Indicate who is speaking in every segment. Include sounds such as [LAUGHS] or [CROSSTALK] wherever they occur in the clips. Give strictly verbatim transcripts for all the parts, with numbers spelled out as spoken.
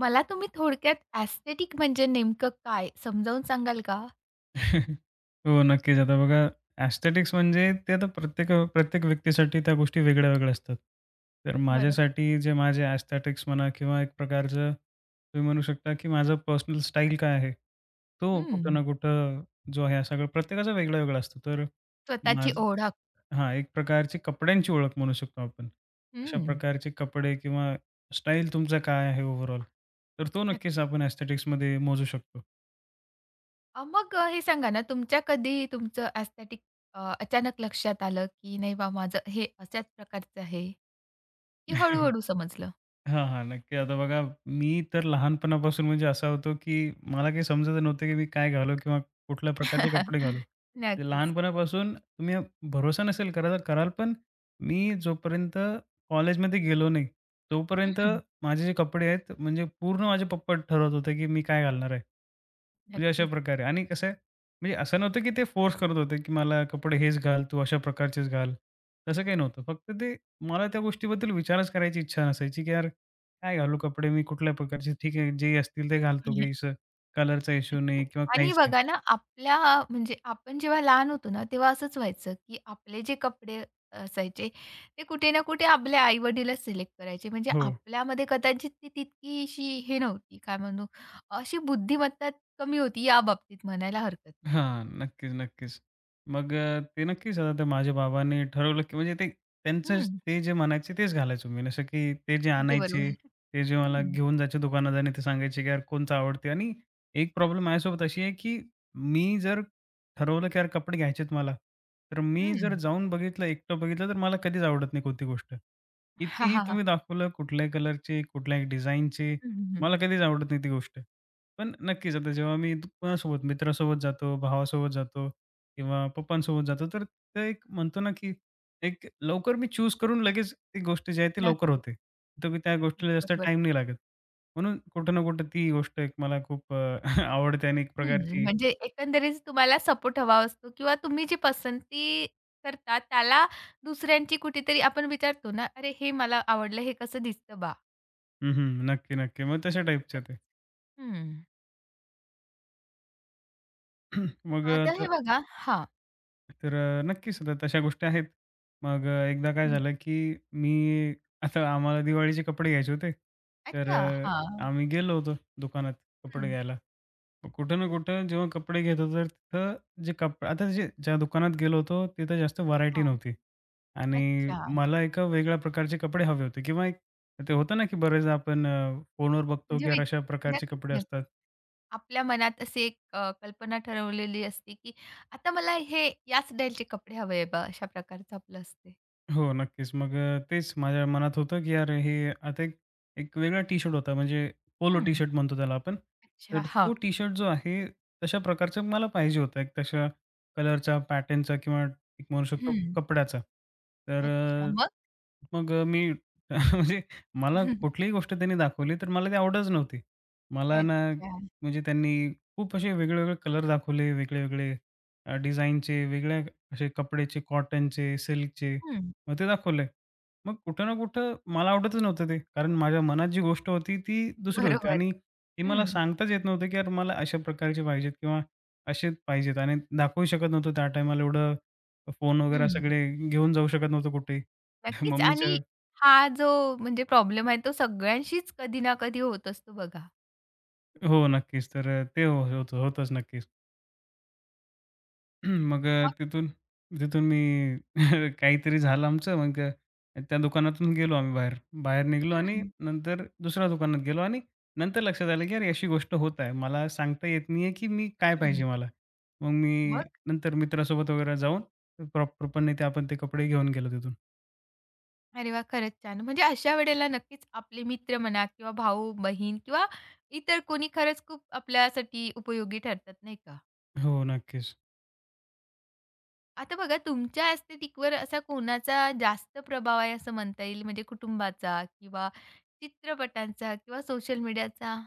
Speaker 1: मला तुम्ही थोडक्यात एस्थेटिक म्हणजे नेमकं काय समजावून सांगाल का?
Speaker 2: [LAUGHS] हो, नक्कीच. आता बघा, एस्थेटिक्स म्हणजे ते आता प्रत्येक अ, प्रत्येक व्यक्तीसाठी त्या गोष्टी वेगळ्या-वेगळ्या असतात. तर
Speaker 1: बरं.
Speaker 2: माझ्यासाठी जे माझे एस्थेटिक्स म्हणा किंवा एक प्रकारचं तुम्ही म्हणू शकता, की माझं पर्सनल स्टाईल काय आहे, तो कुठं
Speaker 1: हं.
Speaker 2: ना कुठं जो आहे सगळं प्रत्येकाचा वेगळा-वेगळा असतो. तर
Speaker 1: स्वतःची
Speaker 2: माझं
Speaker 1: ओळख.
Speaker 2: हां, एक प्रकारची कपड्यांची ओळख म्हणू शकतो आपण. अशा
Speaker 1: हं.
Speaker 2: प्रकारचे कपडे किंवा स्टाईल तुमचा काय आहे ओव्हरऑल, तर तो
Speaker 1: नक्क
Speaker 2: नक्कीच आपण एस्थेटिक्समध्ये मोजू शकतो.
Speaker 1: अ, मग अ, हे सांगा ना, तुमच्या कधी तुमचं एस्थेटिक अ, अचानक लक्षात आलं, की नाही बा माझं हे अशाच प्रकारचं आहे, की हळू-हळू
Speaker 2: [LAUGHS]
Speaker 1: समजलं?
Speaker 2: हां, हां. नक्की. आता बघा, मी तर लहानपणापासून म्हणजे असा होतो, की मला काही समजत नव्हतं, की मी काय घालू किंवा कुठल्या प्रकारचे कपडे घालू.
Speaker 1: [LAUGHS]
Speaker 2: म्हणजे
Speaker 1: नक्कीच.
Speaker 2: लहानपणापासून तुम्ही भरोसा नसेल करा कराल, पण मी जोपर्यंत कॉलेजमध्ये गेलो नाही, तोपर्यंत
Speaker 1: हं.
Speaker 2: माझे जे कपडे आहेत म्हणजे पूर्ण माझे पप्पा ठरवत होते, की मी काय घालणार आहे. म्हणजे अशा
Speaker 1: नक्कीच.
Speaker 2: प्रकारे आणि कसं आहे, म्हणजे असं नव्हतं की ते फोर्स करत होते, की मला कपडे हेच घाल, तू अशा प्रकारचेच घाल. तसं काही नव्हतं. फक्त ते मला त्या गोष्टीबद्दल विचारच करायची इच्छा नसायची, की यार काय घालू कपडे मी कुठल्या प्रकारचे? ठीक आहे, जे असतील ते घालतो, काहीसं कलरचा इश्यू नाही
Speaker 1: नक्कीच.
Speaker 2: किंवा
Speaker 1: आणि
Speaker 2: काहीच नाही.
Speaker 1: बघा ना, आपल्या म्हणजे आपण जेव्हा लहान होतो ना, तेव्हा असंच व्हायचं, की आपले जे कपडे असायचे, ते कुठे ना कुठे आपले आई-वडीलच सिलेक्ट करायचे. म्हणजे
Speaker 2: हो.
Speaker 1: आपल्यामध्ये कदाचित ती तितकीशी हे नव्हती, काय म्हणू, अशी बुद्धिमत्ता कमी होती, या बाबतीत म्हणायला हरकत नाही.
Speaker 2: हां. नक्कीच, नक्कीच. मग अ, ते नक्कीच आता ते माझ्या बाबांनी ठरवलं, की म्हणजे ते त्यांचंच
Speaker 1: हं,
Speaker 2: ते जे म्हणायचे तेच घालायचो मी. जसं की ते जे
Speaker 1: अगदी
Speaker 2: आणायचे,
Speaker 1: बरोबर.
Speaker 2: ते जे मला
Speaker 1: हं,
Speaker 2: घेऊन जायचे दुकानात आणि ते सांगायचे, की यार कोणतं आवडते आणि एक प्रॉब्लेम माझ्यासोबत अशी आहे, की मी जर ठरवलं, की यार कपडे घ्यायचेत मला, तर मी जर
Speaker 1: हं.
Speaker 2: जाऊन बघितलं, एकटं बघितलं, तर मला कधीच आवडत नाही कोणती गोष्ट.
Speaker 1: हां,
Speaker 2: कितीही
Speaker 1: हां, हां.
Speaker 2: तुम्ही दाखवलं, कुठल्याही कलरचे, कुठल्याही डिझाइनचे,
Speaker 1: हं, हं, हं.
Speaker 2: मला कधीच आवडत नाही ती गोष्ट. पण नक्कीच आता जेव्हा मी दु- कोणासोबत मित्रासोबत जातो, भावासोबत जातो किंवा पप्पांसोबत जातो, तर ते एक म्हणतो ना, की एक लवकर मी चूज करून लगेच ती गोष्ट जी आहे ती लवकर होते. तर मी त्या गोष्टीला जास्त
Speaker 1: बरोबर.
Speaker 2: टाईम नाही लागत. म्हणून कुठं ना कुठं ती गोष्ट एक मला खूप अ, [LAUGHS] आवडते आणि एक
Speaker 1: हं,
Speaker 2: प्रकारची
Speaker 1: म्हणजे एकंदरीत तुम्हाला सपोर्ट हवा असतो किंवा तुम्ही जी पसंती करता त्याला दुसऱ्यांची कुठेतरी आपण विचारतो ना, "अरे, हे मला आवडलं, हे कसं दिसतं बा?"
Speaker 2: हं, हं. नक्की, नक्की. मग तशा टाईपचं ते.
Speaker 1: हं.
Speaker 2: [CLEARS THROAT] मग
Speaker 1: आता हे बघा. हां.
Speaker 2: तर अ, नक्कीच तर तशा गोष्टी आहेत. मग अ, एकदा काय
Speaker 1: हं.
Speaker 2: झालं, की मी आता आम्हाला दिवाळीचे कपडे घ्यायचे होते. तर
Speaker 1: अच्छा.
Speaker 2: अ,
Speaker 1: हां.
Speaker 2: आम्ही गेलो होतो दुकानात कपडे
Speaker 1: हं.
Speaker 2: घ्यायला. मग कुठं ना कुठं जेव्हा कपडे घेत होतो, तर तिथं जे कप आता जे ज्या दुकानात गेलो होतो, तिथं जास्त व्हरायटी
Speaker 1: हां.
Speaker 2: नव्हती. आणि
Speaker 1: अच्छा.
Speaker 2: मला एका वेगळ्या प्रकारचे कपडे हवे होते किंवा एक ते होतं ना, की बरेचदा आपण अ, फोनवर बघतो,
Speaker 1: म्हणजे
Speaker 2: की
Speaker 1: वि
Speaker 2: यार अशा प्रकारचे
Speaker 1: नक्कीच,
Speaker 2: कपडे असतात.
Speaker 1: नक्कीच. आपल्या मनात अशी एक अ, कल्पना ठरवलेली असते, की आता मला हे या स्टाईलचे कपडे हवे बा, अशा प्रकारचं आपलं असते.
Speaker 2: हो, नक्कीच. मग अ, तेच माझ्या मनात होतं, की "यार हे" आता एक एक वेगळा टी-शर्ट होता, म्हणजे पोलो
Speaker 1: हं.
Speaker 2: टी-शर्ट म्हणतो त्याला आपण.
Speaker 1: अच्छा.
Speaker 2: तर
Speaker 1: हां.
Speaker 2: तो टी-शर्ट जो आहे, तशा प्रकारचा मला पाहिजे होता. एक तशा कलरचा, पॅटर्नचा किंवा एक म्हणू शकतो
Speaker 1: हं.
Speaker 2: कपड्याचा. तर
Speaker 1: अच्छा.
Speaker 2: अ,
Speaker 1: मग?
Speaker 2: मग अ, मी [LAUGHS] म्हणजे मला
Speaker 1: [LAUGHS]
Speaker 2: कुठलीही गोष्ट त्यांनी दाखवली, तर मला ती आवडच नव्हती. मला ना
Speaker 1: अच्छा.
Speaker 2: म्हणजे त्यांनी खूप असे वेगळे कलर दाखवले, वेगळे-वेगळे डिझाईनचे, वेगळ्या असे कपड्याचे, कॉटनचे, सिल्कचे.
Speaker 1: हं,
Speaker 2: मग ते दाखवलंय. मग कुठं ना कुठं मला आवडतच नव्हतं ते. कारण माझ्या मनात जी गोष्ट होती ती दुसरी होती
Speaker 1: बरोबर.
Speaker 2: आणि ती मला
Speaker 1: हं,
Speaker 2: सांगताच येत नव्हतं, की यार मला अशा प्रकारचे पाहिजेत किंवा असेच पाहिजेत आणि दाखवू शकत नव्हतो त्या टायमाला एवढं फोन वगैरे
Speaker 1: हं.
Speaker 2: सगळे घेऊन जाऊ शकत नव्हतो कुठेही. [LAUGHS]
Speaker 1: नक्कीच.
Speaker 2: मम्मीच्या
Speaker 1: आणि हा जो म्हणजे प्रॉब्लेम आहे, तो सगळ्यांशीच कधी ना कधी होत असतो बघा.
Speaker 2: हो, नक्कीच. तर ते हो होतं होतंच नक्कीच. [CLEARS THROAT] मग अ,
Speaker 1: मग?
Speaker 2: तिथून तिथून मी [LAUGHS] काहीतरी झालं आमचं. मग अ, त्या दुकानातून गेलो आम्ही बाहेर. बाहेर निघालो आणि
Speaker 1: हं,
Speaker 2: नंतर दुसऱ्या दुकानात गेलो आणि नंतर लक्षात आलं, की अरे अशी गोष्ट होत आहे. मला सांगता येत नाहीये, की मी काय
Speaker 1: हं.
Speaker 2: पाहिजे मला. मग मी
Speaker 1: मग?
Speaker 2: नंतर मित्रासोबत वगैरे जाऊन प्रॉपरपणे ते आपण ते कपडे घेऊन गेलो तिथून.
Speaker 1: अरे वा, खरंच छान. म्हणजे अशा वेळेला नक्कीच आपले मित्र म्हणा किंवा भाऊ-बहीण किंवा इतर कोणी खरंच खूप आपल्यासाठी उपयोगी ठरतात, नाही का?
Speaker 2: हो, नक्कीच.
Speaker 1: आता बघा, तुमच्या एस्थेटिकवर असा कोणाचा जास्त प्रभाव आहे असं म्हणता येईल? म्हणजे कुटुंबाचा किंवा चित्रपटांचा किंवा सोशल मीडियाचा?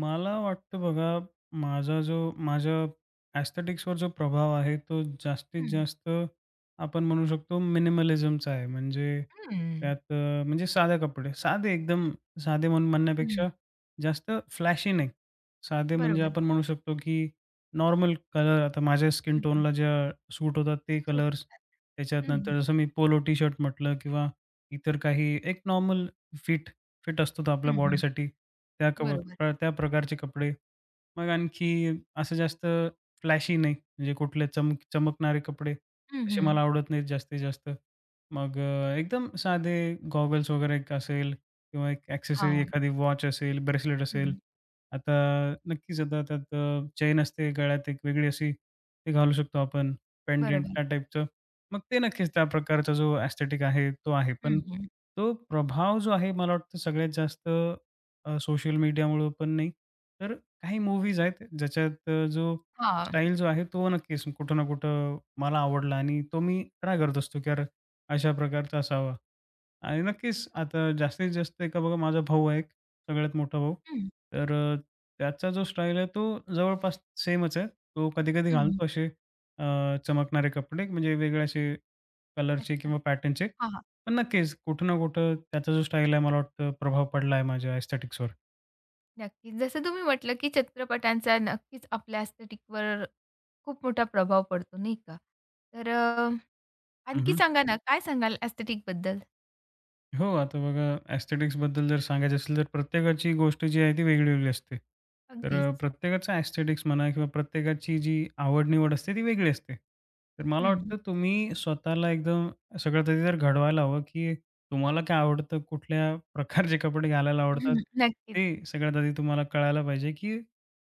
Speaker 2: मला वाटतं बघा, माझा जो माझ्या एस्थेटिक्सवर जो प्रभाव आहे, तो जास्तीत
Speaker 1: हं,
Speaker 2: जास्त आपण म्हणू शकतो मिनिमलिझमचा आहे. म्हणजे
Speaker 1: हं,
Speaker 2: त्यात अ, म्हणजे साधे कपडे, साधे एकदम साधे म्हणून
Speaker 1: हं.
Speaker 2: म्हणण्यापेक्षा जास्त फ्लॅशी नाही. साधे म्हणजे
Speaker 1: बरोबर.
Speaker 2: आपण म्हणू शकतो की नॉर्मल कलर आता माझ्या स्किन
Speaker 1: हं, हं.
Speaker 2: टोनला ज्या सूट होतात ते
Speaker 1: सुट
Speaker 2: कलर्स.
Speaker 1: हं, हं.
Speaker 2: त्याच्यानंतर जसं मी पोलो टी-शर्ट म्हटलं किंवा इतर काही एक नॉर्मल फिट फिट असतो तो आपल्या
Speaker 1: हं, हं.
Speaker 2: बॉडीसाठी. त्या कप
Speaker 1: बरोबर.
Speaker 2: त्या प्रकारचे कपडे मग आणखी असं जास्त फ्लॅशी नाही, म्हणजे कुठले चमक चमकणारे कपडे
Speaker 1: हं,
Speaker 2: असे मला
Speaker 1: हं.
Speaker 2: आवडत नाहीत जास्तीत जास्त. मग अ, एकदम साधे गॉगल्स वगैरे एक असेल किंवा एक ॲक्सेसरी
Speaker 1: हां.
Speaker 2: एखादी वॉच असेल, ब्रेसलेट असेल.
Speaker 1: हं.
Speaker 2: आता नक्कीच आता त्यात चेन असते गळ्यात एक वेगळी अशी ती घालू शकतो आपण पेंडंट
Speaker 1: बरोबर.
Speaker 2: त्या टाईपचं. मग ते नक्कीच त्या प्रकारचा जो एस्थेटिक आहे तो आहे. पण
Speaker 1: हं, हं.
Speaker 2: तो प्रभाव जो आहे मला वाटतं सगळ्यात जास्त सोशल मीडियामुळं पण नाही तर काही मूव्हीज आहेत ज्याच्यात अ, जो
Speaker 1: हां.
Speaker 2: स्टाईल जो आहे तो नक्कीच कुठं ना कुठं मला आवडला आणि तो मी ट्राय करत असतो की यार अशा प्रकारचा असावा आणि नक्कीच
Speaker 1: नक्कीच.
Speaker 2: आता जास्तीत जास्त का बघा माझा भाऊ आहे एक सगळ्यात मोठा भाऊ.
Speaker 1: हं,
Speaker 2: तर अ, त्याचा जो स्टाईल आहे तो जवळपास सेमच आहे. तो कधी-कधी
Speaker 1: हं,
Speaker 2: घालतो असे अ, चमकणारे कपडे म्हणजे वेगळे असे कलरचे
Speaker 1: अच्छा.
Speaker 2: किंवा पॅटर्नचे.
Speaker 1: हां, हां.
Speaker 2: पण नक्कीच कुठं ना कुठं त्याचा जो स्टाईल आहे मला वाटतं प्रभाव पडला आहे माझ्या एस्थेटिक्सवर.
Speaker 1: नक्कीच. जसं तुम्ही म्हटलं, की चित्रपटांचा नक्कीच आपल्या एस्थेटिकवर खूप मोठा प्रभाव पडतो, नाही का? तर अ, आणखी सांगा ना, काय सांगाल एस्थेटिकबद्दल?
Speaker 2: हो, आता बघा एस्थेटिक्सबद्दल जर सांगायचं असेल, तर प्रत्येकाची गोष्ट जी आहे ती वेगळी-वेगळी असते. तर अ,
Speaker 1: अगदीच.
Speaker 2: प्रत्येकाचा एस्थेटिक्स म्हणा किंवा प्रत्येकाची जी आवड-निवड असते ती वेगळी असते. तर मला
Speaker 1: हं.
Speaker 2: वाटतं तुम्ही स्वतःला एकदम सगळ्यात आधी तर घडवायला हवं, की तुम्हाला काय आवडतं, कुठल्या प्रकारचे कपडे घालायला आवडतात,
Speaker 1: हं. नक्कीच.
Speaker 2: ते सगळ्यात आधी तुम्हाला कळायला पाहिजे, की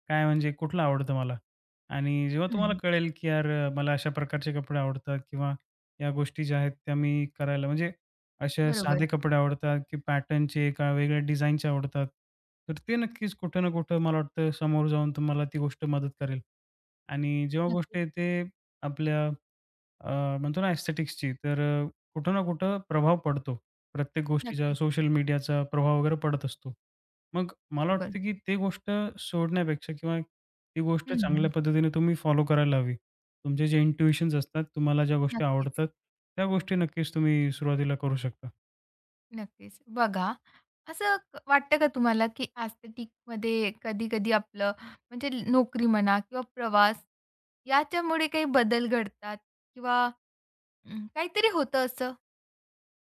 Speaker 2: काय म्हणजे कुठलं आवडतं मला? आणि जेव्हा तुम्हाला
Speaker 1: हं.
Speaker 2: कळेल, की यार अ, मला अशा प्रकारचे कपडे आवडतात किंवा या गोष्टी ज्या आहेत त्या मी करायला म्हणजे असे
Speaker 1: बरोबर.
Speaker 2: साधे कपडे आवडतात, की पॅटर्नचे का वेगळ्या डिझाईनचे आवडतात. तर ते नक्कीच कुठं ना कुठं मला वाटतं समोर जाऊन तुम्हाला ती गोष्ट मदत करेल. आणि जेव्हा गोष्ट
Speaker 1: नक्कीच,
Speaker 2: येते आपल्या अ, म्हणतो ना एस्थेटिक्सची तर अ, कुठं ना कुठं प्रभाव पडतो. प्रत्येक गोष्टीचा
Speaker 1: नक्कीच.
Speaker 2: सोशल मीडियाचा प्रभाव वगैरे पडत असतो. मग मला
Speaker 1: बरोबर.
Speaker 2: वाटतं, की ते गोष्ट सोडण्यापेक्षा किंवा ती गोष्ट चांगल्या
Speaker 1: हं.
Speaker 2: पद्धतीने तुम्ही फॉलो करायला हवी. तुमचे जे इंट्युइशन्स असतात, तुम्हाला ज्या गोष्टी
Speaker 1: नक्कीच.
Speaker 2: आवडतात, त्या गोष्टी नक्कीच तुम्ही सुरुवातीला करू शकता.
Speaker 1: नक्कीच. बघा, असं क वाटतं का तुम्हाला, की एस्थेटिकमध्ये कधी-कधी आपलं म्हणजे नोकरी म्हणा किंवा प्रवास याच्यामुळे काही बदल घडतात किंवा अं, काहीतरी होतं असं?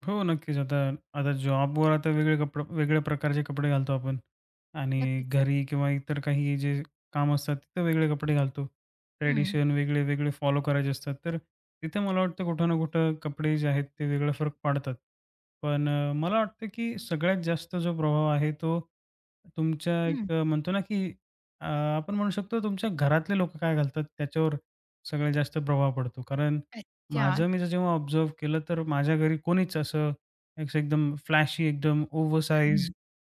Speaker 2: हो, नक्कीच. आता आता जॉबवर आता वेगळे कपडे वेगळ्या प्रकारचे कपडे घालतो आपण आणि
Speaker 1: नक्कीच.
Speaker 2: घरी किंवा इतर काही जे काम असतात तिथं वेगळे कपडे घालतो.
Speaker 1: हं,
Speaker 2: ट्रेडिशन वेगळे, वेगळे फॉलो करायचे असतात. तर तिथे मला वाटतं कुठं ना कुठं कपडे जे आहेत ते वेगळा फरक पाडतात. पण अ, मला वाटतं की सगळ्यात जास्त जो प्रभाव आहे तो तुमच्या एक
Speaker 1: हं.
Speaker 2: अ, म्हणतो ना की अ, आपण म्हणू शकतो तुमच्या घरातले लोकं काय घालतात त्याच्यावर सगळ्यात जास्त प्रभाव पडतो. कारण
Speaker 1: अच्छा.
Speaker 2: माझं मी जर जेव्हा ऑब्झर्व्ह केलं, तर माझ्या घरी कोणीच असं असं एकदम फ्लॅशी, एकदम
Speaker 1: हं,
Speaker 2: ओव्हरसाइज
Speaker 1: हं.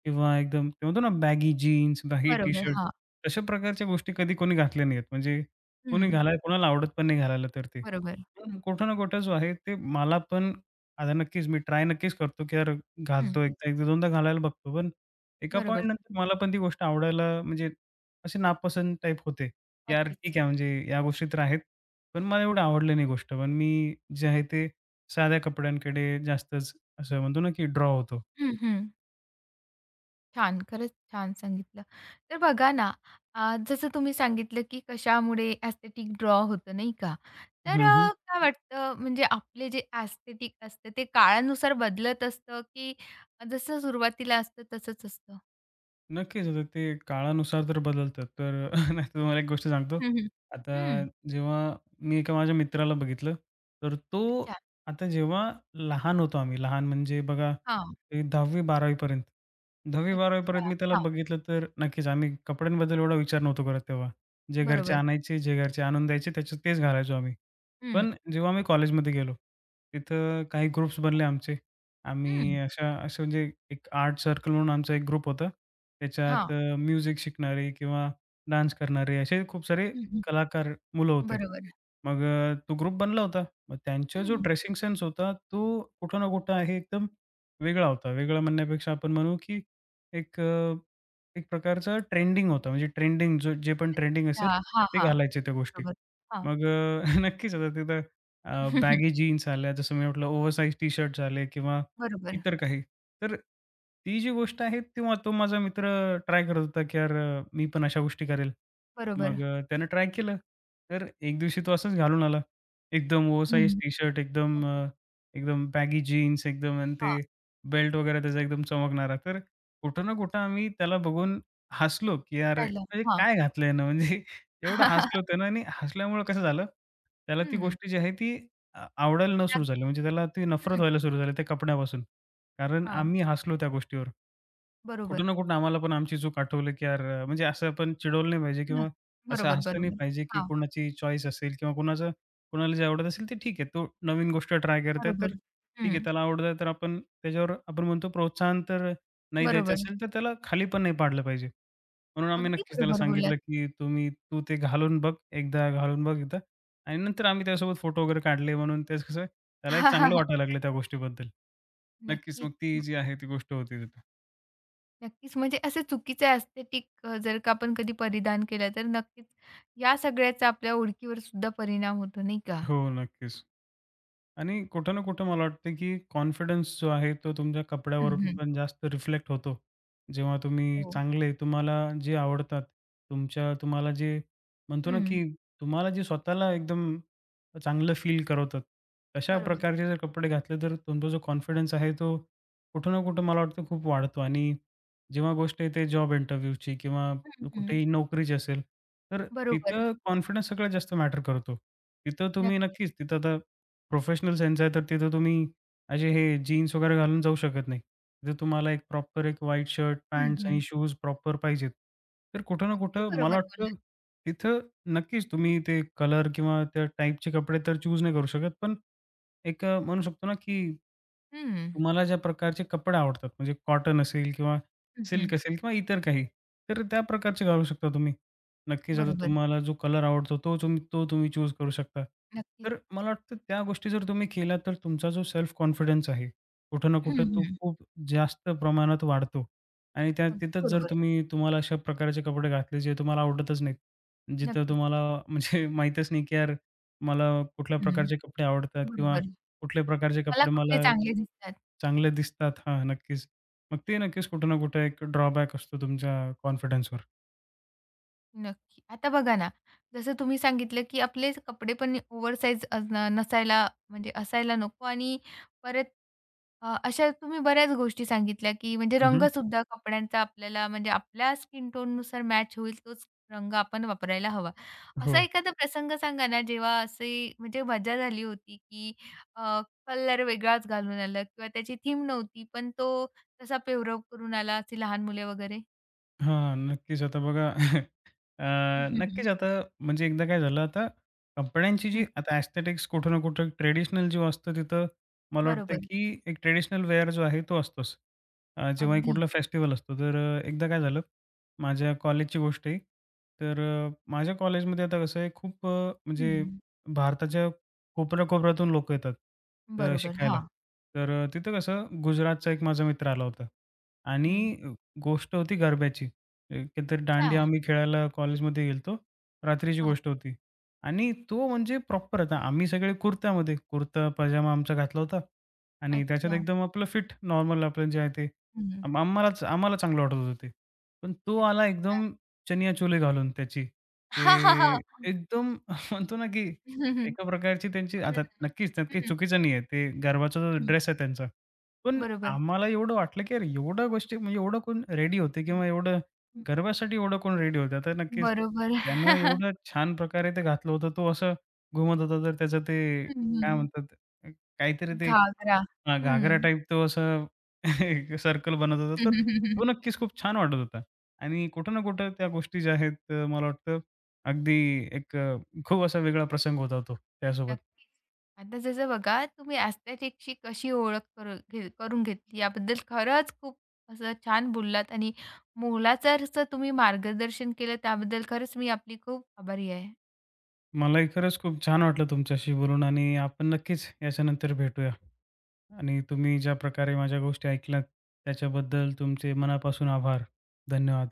Speaker 2: किंवा एकदम ते म्हणतो ना बॅगी जीन्स, बॅगी
Speaker 1: बरोबर.
Speaker 2: टी-शर्ट
Speaker 1: हां.
Speaker 2: तशा प्रकारच्या गोष्टी कधी कोणी घातल्या नाहीयेत. म्हणजे कोणी
Speaker 1: हं.
Speaker 2: घालायला कोणाला आवडत पण नाही घालायला तर ते.
Speaker 1: बरोबर.
Speaker 2: पण कुठं ना कुठं जो आहे ते मला पण आता नक्कीच मी ट्राय नक्कीच करतो, की यार
Speaker 1: हं.
Speaker 2: घालतो एकदा, एकदा दोनदा घालायला बघतो. पण एका
Speaker 1: बरोबर.
Speaker 2: पॉइंटनंतर मला पण ती गोष्ट आवडायला म्हणजे अशी नापसंत टाइप होते. यार
Speaker 1: नक्कीच.
Speaker 2: ठीक आहे म्हणजे या गोष्टी तर आहेत. पण मला एवढं आवडलं नाही गोष्ट. पण मी जे आहे ते साध्या कपड्यांकडे जास्तच असं म्हणतो ना, की ड्रॉ होतो.
Speaker 1: हं, हं. छान, खरंच छान सांगितलं. तर बघा ना, अ, जसं तुम्ही सांगितलं, की कशामुळे एस्थेटिक ड्रॉ होतं, नाही का? तर
Speaker 2: हं, हं.
Speaker 1: अ, काय वाटतं, म्हणजे आपले जे एस्थेटिक असतं ते काळानुसार बदलत असतं, की जसं सुरुवातीला असतं तसंच असतं?
Speaker 2: नक्कीच. आता ते काळानुसार तर बदलतात. तर [LAUGHS] नाही तर तुम्हाला एक गोष्ट सांगतो.
Speaker 1: हं, हं.
Speaker 2: आता
Speaker 1: हं,
Speaker 2: जेव्हा मी एका माझ्या मित्राला बघितलं, तर तो
Speaker 1: अच्छा.
Speaker 2: आता जेव्हा लहान होतो आम्ही, लहान म्हणजे बघा
Speaker 1: हां,
Speaker 2: ते दहावी-बारावी पर्यंत. दहावी-बारावी पर्यंत
Speaker 1: अच्छा.
Speaker 2: मी त्याला
Speaker 1: हां,
Speaker 2: बघितलं तर नक्कीच आम्ही कपड्यांबद्दल एवढा विचार नव्हतो करत तेव्हा. जे घरचे
Speaker 1: बरोबर.
Speaker 2: आणायचे, जे घरचे आणून द्यायचे त्याच्यात तेच घालायचो आम्ही.
Speaker 1: हं,
Speaker 2: पण जेव्हा आम्ही कॉलेजमध्ये गेलो, तिथं काही ग्रुप्स बनले आमचे. आम्ही
Speaker 1: हं.
Speaker 2: अशा असे म्हणजे एक आर्ट सर्कल म्हणून आमचा एक ग्रुप होता. त्याच्यात
Speaker 1: हां.
Speaker 2: अ, म्युझिक शिकणारे किंवा डान्स करणारे असे खूप सारे
Speaker 1: हं,
Speaker 2: कलाकार मुलं होते.
Speaker 1: बरोबर.
Speaker 2: मग अ, तो ग्रुप बनला होता. मग त्यांचा जो
Speaker 1: हं.
Speaker 2: ड्रेसिंग सेन्स होता, तो कुठं ना कुठं आहे एकदम वेगळा होता. वेगळा म्हणण्यापेक्षा आपण म्हणू की एक अ, एक प्रकारचा ट्रेंडिंग होता. म्हणजे ट्रेंडिंग जो जे पण ट्रेंडिंग असेल,
Speaker 1: हां, हां,
Speaker 2: ते
Speaker 1: हां.
Speaker 2: घालायचे त्या गोष्टी.
Speaker 1: बरोबर. हां.
Speaker 2: मग अ, [LAUGHS] नक्कीच आता तिथं अ, बॅगी
Speaker 1: [LAUGHS]
Speaker 2: जीन्स आल्या, जसं मी म्हटलं ओव्हरसाइज टी शर्ट्स आले किंवा
Speaker 1: बरोबर,
Speaker 2: इतर काही. तर ती जी गोष्ट आहे तेव्हा तो माझा मित्र ट्राय करत होता, की "यार अ, मी पण अशा गोष्टी करेल."
Speaker 1: बरोबर.
Speaker 2: मग अ, त्यानं ट्राय केलं. तर एक दिवशी तो असंच घालून आला. एकदम
Speaker 1: हं.
Speaker 2: ओव्हरसाइज टी शर्ट, एकदम
Speaker 1: नक्कीच.
Speaker 2: अ, एकदम बॅगी जीन्स एकदम आणि
Speaker 1: हां,
Speaker 2: ते बेल्ट वगैरे त्याचा एकदम चमकणारा. तर कुठं ना कुठं आम्ही त्याला बघून हसलो, की "यार
Speaker 1: झालं.
Speaker 2: म्हणजे
Speaker 1: हां.
Speaker 2: काय घातलं यानं?" [LAUGHS] म्हणजे एवढं हसलो
Speaker 1: [LAUGHS]
Speaker 2: त्यानं आणि हसल्यामुळं कसं झालं, त्याला ती
Speaker 1: हं.
Speaker 2: गोष्ट जी आहे ती अ, आवडायला न सुरू
Speaker 1: लागली.
Speaker 2: झाली. म्हणजे त्याला ती नफरत
Speaker 1: हं.
Speaker 2: व्हायला सुरू झाली त्या कपड्यापासून. कारण
Speaker 1: हां.
Speaker 2: आम्ही हसलो त्या गोष्टीवर.
Speaker 1: बरोबर.
Speaker 2: कुठं ना कुठं आम्हाला पण आमची चूक आठवलं, की यार अ, म्हणजे असं आपण चिडवलं नाही पाहिजे
Speaker 1: न
Speaker 2: किंवा असं
Speaker 1: बरोबर,
Speaker 2: हसलं नाही
Speaker 1: बरोबर.
Speaker 2: पाहिजे, की
Speaker 1: हां.
Speaker 2: कोणाची चॉईस असेल किंवा कोणाचं कोणाला जे आवडत असेल ते ठीक आहे. तो नवीन गोष्ट ट्राय करत आहे,
Speaker 1: बरोबर.
Speaker 2: तर ठीक आहे.
Speaker 1: हं.
Speaker 2: त्याला आवडत आहे, तर आपण त्याच्यावर आपण म्हणतो प्रोत्साहन तर नाही द्यायचं
Speaker 1: बरोबर.
Speaker 2: असेल, तर त्याला खाली पण नाही पाडलं पाहिजे. म्हणून आम्ही
Speaker 1: अगदी
Speaker 2: नक्कीच त्याला
Speaker 1: बरोबर
Speaker 2: सांगितलं,
Speaker 1: बोललात.
Speaker 2: की "तुम्ही तू ते घालून बघ, एकदा घालून बघ एकदा." आणि नंतर आम्ही त्यासोबत फोटो वगैरे काढले म्हणून त्याचं कसं त्याला एक चांगलं
Speaker 1: [LAUGHS]
Speaker 2: वाटायला लागलं त्या गोष्टीबद्दल. नक्कीच मग
Speaker 1: नक्कीच.
Speaker 2: ती
Speaker 1: हं.
Speaker 2: जी आहे ती गोष्ट होती तिथं.
Speaker 1: नक्कीच, म्हणजे असे चुकीचे ॲस्थेटिक अ, जर का आपण कधी परिधान केलं, तर नक्कीच या सगळ्याचा आपल्या ओळखीवर सुद्धा परिणाम होतो, नाही का?
Speaker 2: हो, नक्कीच. आणि कुठं ना कुठं मला वाटतं, की कॉन्फिडन्स जो आहे, तो तुमच्या
Speaker 1: हं,
Speaker 2: कपड्यावरून
Speaker 1: हं.
Speaker 2: पण जास्त रिफ्लेक्ट होतो. जेव्हा तुम्ही
Speaker 1: हो.
Speaker 2: चांगले तुम्हाला जे आवडतात, तुमच्या तुम्हाला जे म्हणतो ना,
Speaker 1: हं.
Speaker 2: की तुम्हाला जे स्वतःला एकदम चांगलं फील करवतात, तशा
Speaker 1: बरोबर.
Speaker 2: प्रकारचे जर कपडे घातले, तर तुमचा जो कॉन्फिडन्स आहे, तो कुठं ना कुठं मला वाटतं खूप वाढतो. आणि जेव्हा गोष्ट येते जॉब इंटरव्ह्यूची किंवा
Speaker 1: हं, हं.
Speaker 2: कुठेही नोकरीची असेल, तर
Speaker 1: बरोबर.
Speaker 2: तिथं कॉन्फिडन्स सगळ्यात जास्त मॅटर करतो. तिथं तुम्ही
Speaker 1: नक्कीच.
Speaker 2: नक्कीच तिथं आता प्रोफेशनल सेन्स आहे तर तिथं तुम्ही असे हे जीन्स वगैरे घालून जाऊ शकत नाही. तिथं तुम्हाला एक प्रॉपर एक व्हाईट शर्ट,
Speaker 1: हं,
Speaker 2: पॅन्ट्स आणि
Speaker 1: हं.
Speaker 2: शूज प्रॉपर पाहिजेत. तर कुठं ना
Speaker 1: अगदी
Speaker 2: कुठं मला
Speaker 1: बरोबर
Speaker 2: वाटतं
Speaker 1: बोललात.
Speaker 2: तिथं नक्कीच तुम्ही ते कलर किंवा त्या टाइपचे कपडे तर चूज नाही करू शकत. पण एक अ, म्हणू शकतो ना की
Speaker 1: हं.
Speaker 2: तुम्हाला ज्या प्रकारचे कपडे आवडतात म्हणजे कॉटन असेल किंवा
Speaker 1: हं, हं.
Speaker 2: सिल्क असेल किंवा इतर काही, तर त्या प्रकारचे घालू शकता तुम्ही. नक्कीच आता
Speaker 1: बरोबर.
Speaker 2: तुम्हाला जो कलर आवडतो तो तुम्ही तो तुम्ही चूज करू शकता.
Speaker 1: नक्कीच.
Speaker 2: तर मला वाटतं त्या गोष्टी जर तुम्ही केल्या तर तुमचा जो सेल्फ कॉन्फिडन्स आहे, कुठं ना
Speaker 1: हं,
Speaker 2: कुठं तो
Speaker 1: हं.
Speaker 2: खूप जास्त प्रमाणात वाढतो. आणि त्या
Speaker 1: अगदी
Speaker 2: तिथंच जर
Speaker 1: बरोबर.
Speaker 2: तुम्ही तुम्हाला अशा प्रकारचे कपडे घातले जे तुम्हाला आवडतच नाहीत. जिथं
Speaker 1: नक्कीच.
Speaker 2: तुम्हाला [LAUGHS] म्हणजे माहीतच नाही की यार मला कुठल्या
Speaker 1: हं,
Speaker 2: प्रकारचे कपडे आवडतात किंवा
Speaker 1: बरोबर.
Speaker 2: कुठल्या प्रकारचे
Speaker 1: मला
Speaker 2: कपडे
Speaker 1: कुठले
Speaker 2: मला
Speaker 1: चांगले दिसतात.
Speaker 2: चांगले दिसतात. हां, नक्कीच. मग ते नक्कीच कुठे ना कुठे एक ड्रॉबॅक असतो तुमच्या कॉन्फिडन्सवर.
Speaker 1: नक्की. आता बघा ना, जसं तुम्ही सांगितलं, की आपले कपडे पण ओव्हरसाइज असणं नसायला म्हणजे असायला नको आणि परत अ, अशा तुम्ही बऱ्याच गोष्टी सांगितल्या, की म्हणजे
Speaker 2: हं, हं.
Speaker 1: रंगसुद्धा कपड्यांचा आपल्याला म्हणजे आपल्या स्किन टोननुसार मॅच होईल तोच रंग आपण वापरायला हवा. असा
Speaker 2: हो.
Speaker 1: एखादा प्रसंग सांगा ना, जेव्हा अशी म्हणजे मजा झाली होती, की कलर वेगळाच घालून आला किंवा त्याची थीम नव्हती, पण तो तसा पेहराव करून आला, अशी लहान मुले वगैरे?
Speaker 2: हां, नक्कीच. आता बघा अ,
Speaker 1: [LAUGHS] हं, हं, हं.
Speaker 2: नक्कीच आता म्हणजे एकदा काय झालं आता कंपन्यांची जी आता एस्थेटिक्स कुठं ना कुठं ट्रेडिशनल जो असतं तिथं मला वाटतं
Speaker 1: बरोबर.
Speaker 2: की एक ट्रेडिशनल वेअर जो आहे तो असतोच. अ, जेव्हाही
Speaker 1: अगदी.
Speaker 2: कुठला फेस्टिवल असतो तर अ, एकदा काय झालं माझ्या कॉलेजची गोष्ट आहे. तर अ, माझ्या कॉलेजमध्ये आता कसं आहे खूप अ, म्हणजे
Speaker 1: हं,
Speaker 2: भारताच्या कोपऱ्या-कोपऱ्यातून लोकं येतात अ,
Speaker 1: बरोबर.
Speaker 2: शिकायला.
Speaker 1: हां.
Speaker 2: तर अ, तिथं कसं गुजरातचा एक माझा मित्र आला होता आणि
Speaker 1: हं.
Speaker 2: अ, गोष्ट होती गरब्याची. एकंदरीत
Speaker 1: अच्छा.
Speaker 2: दांडिया आम्ही खेळायला कॉलेजमध्ये गेलतो. रात्रीची
Speaker 1: हां.
Speaker 2: गोष्ट होती आणि तो म्हणजे प्रॉपर आता आम्ही सगळे कुर्त्यामध्ये, कुर्ता पजामा आमचा घातला होता आणि त्याच्यात
Speaker 1: अच्छा.
Speaker 2: एकदम आपलं फिट नॉर्मल आपलं जे आहे ते.
Speaker 1: हं.
Speaker 2: आम आम्हालाच आम्हाला चांगलं वाटत होतं ते. पण तो आला
Speaker 1: अच्छा.
Speaker 2: एकदम चनिया चोली घालून त्याची.
Speaker 1: हां, हां,
Speaker 2: ते
Speaker 1: हां.
Speaker 2: एकदम [LAUGHS] म्हणतो ना, की
Speaker 1: हं, हं.
Speaker 2: एका प्रकारची त्यांची आता नक्कीच त्यात काही
Speaker 1: हं,
Speaker 2: चुकीचं नाही आहे. ते गरबाचा जो
Speaker 1: हं.
Speaker 2: ड्रेस आहे त्यांचा. पण
Speaker 1: बरोबर.
Speaker 2: आम्हाला एवढं वाटलं, की अरे एवढ्या गोष्टी म्हणजे एवढं कोण रेडी होते
Speaker 1: हं.
Speaker 2: किंवा एवढं गर्वासाठी एवढा कोण रेडी होता. तर नक्कीच
Speaker 1: बरोबर.
Speaker 2: त्यानं एवढं छान प्रकारे ते घातलं होतं. तो असं घुमत होता तर त्याचं ते
Speaker 1: हं, हं.
Speaker 2: काय म्हणतात अ, काहीतरी ते
Speaker 1: घागरा.
Speaker 2: हां,
Speaker 1: हं.
Speaker 2: घागरा टाइप तो असं [LAUGHS] सर्कल बनत होता. तर तो नक्कीच खूप छान वाटत होता. आणि कुठं ना कुठं त्या गोष्टी ज्या आहेत, अ, मला वाटतं अगदी एक अ, खूप असा वेगळा प्रसंग होता तो त्यासोबत.
Speaker 1: नक्कीच. आता जसं बघा, तुम्ही एस्थेटिकची कशी ओळख करू घे करून घेतली याबद्दल खरंच खूप असं छान बोललात आणि मोलाचं तुम्ही मार्गदर्शन केलं, त्याबद्दल खरंच मी आपली खूप आभारी आहे.
Speaker 2: मलाही खरंच खूप छान वाटलं तुमच्याशी बोलून आणि आपण नक्कीच याच्यानंतर भेटूया. आणि तुम्ही ज्या प्रकारे माझ्या गोष्टी ऐकल्यात त्याच्याबद्दल तुमचे मनापासून आभार. धन्यवाद.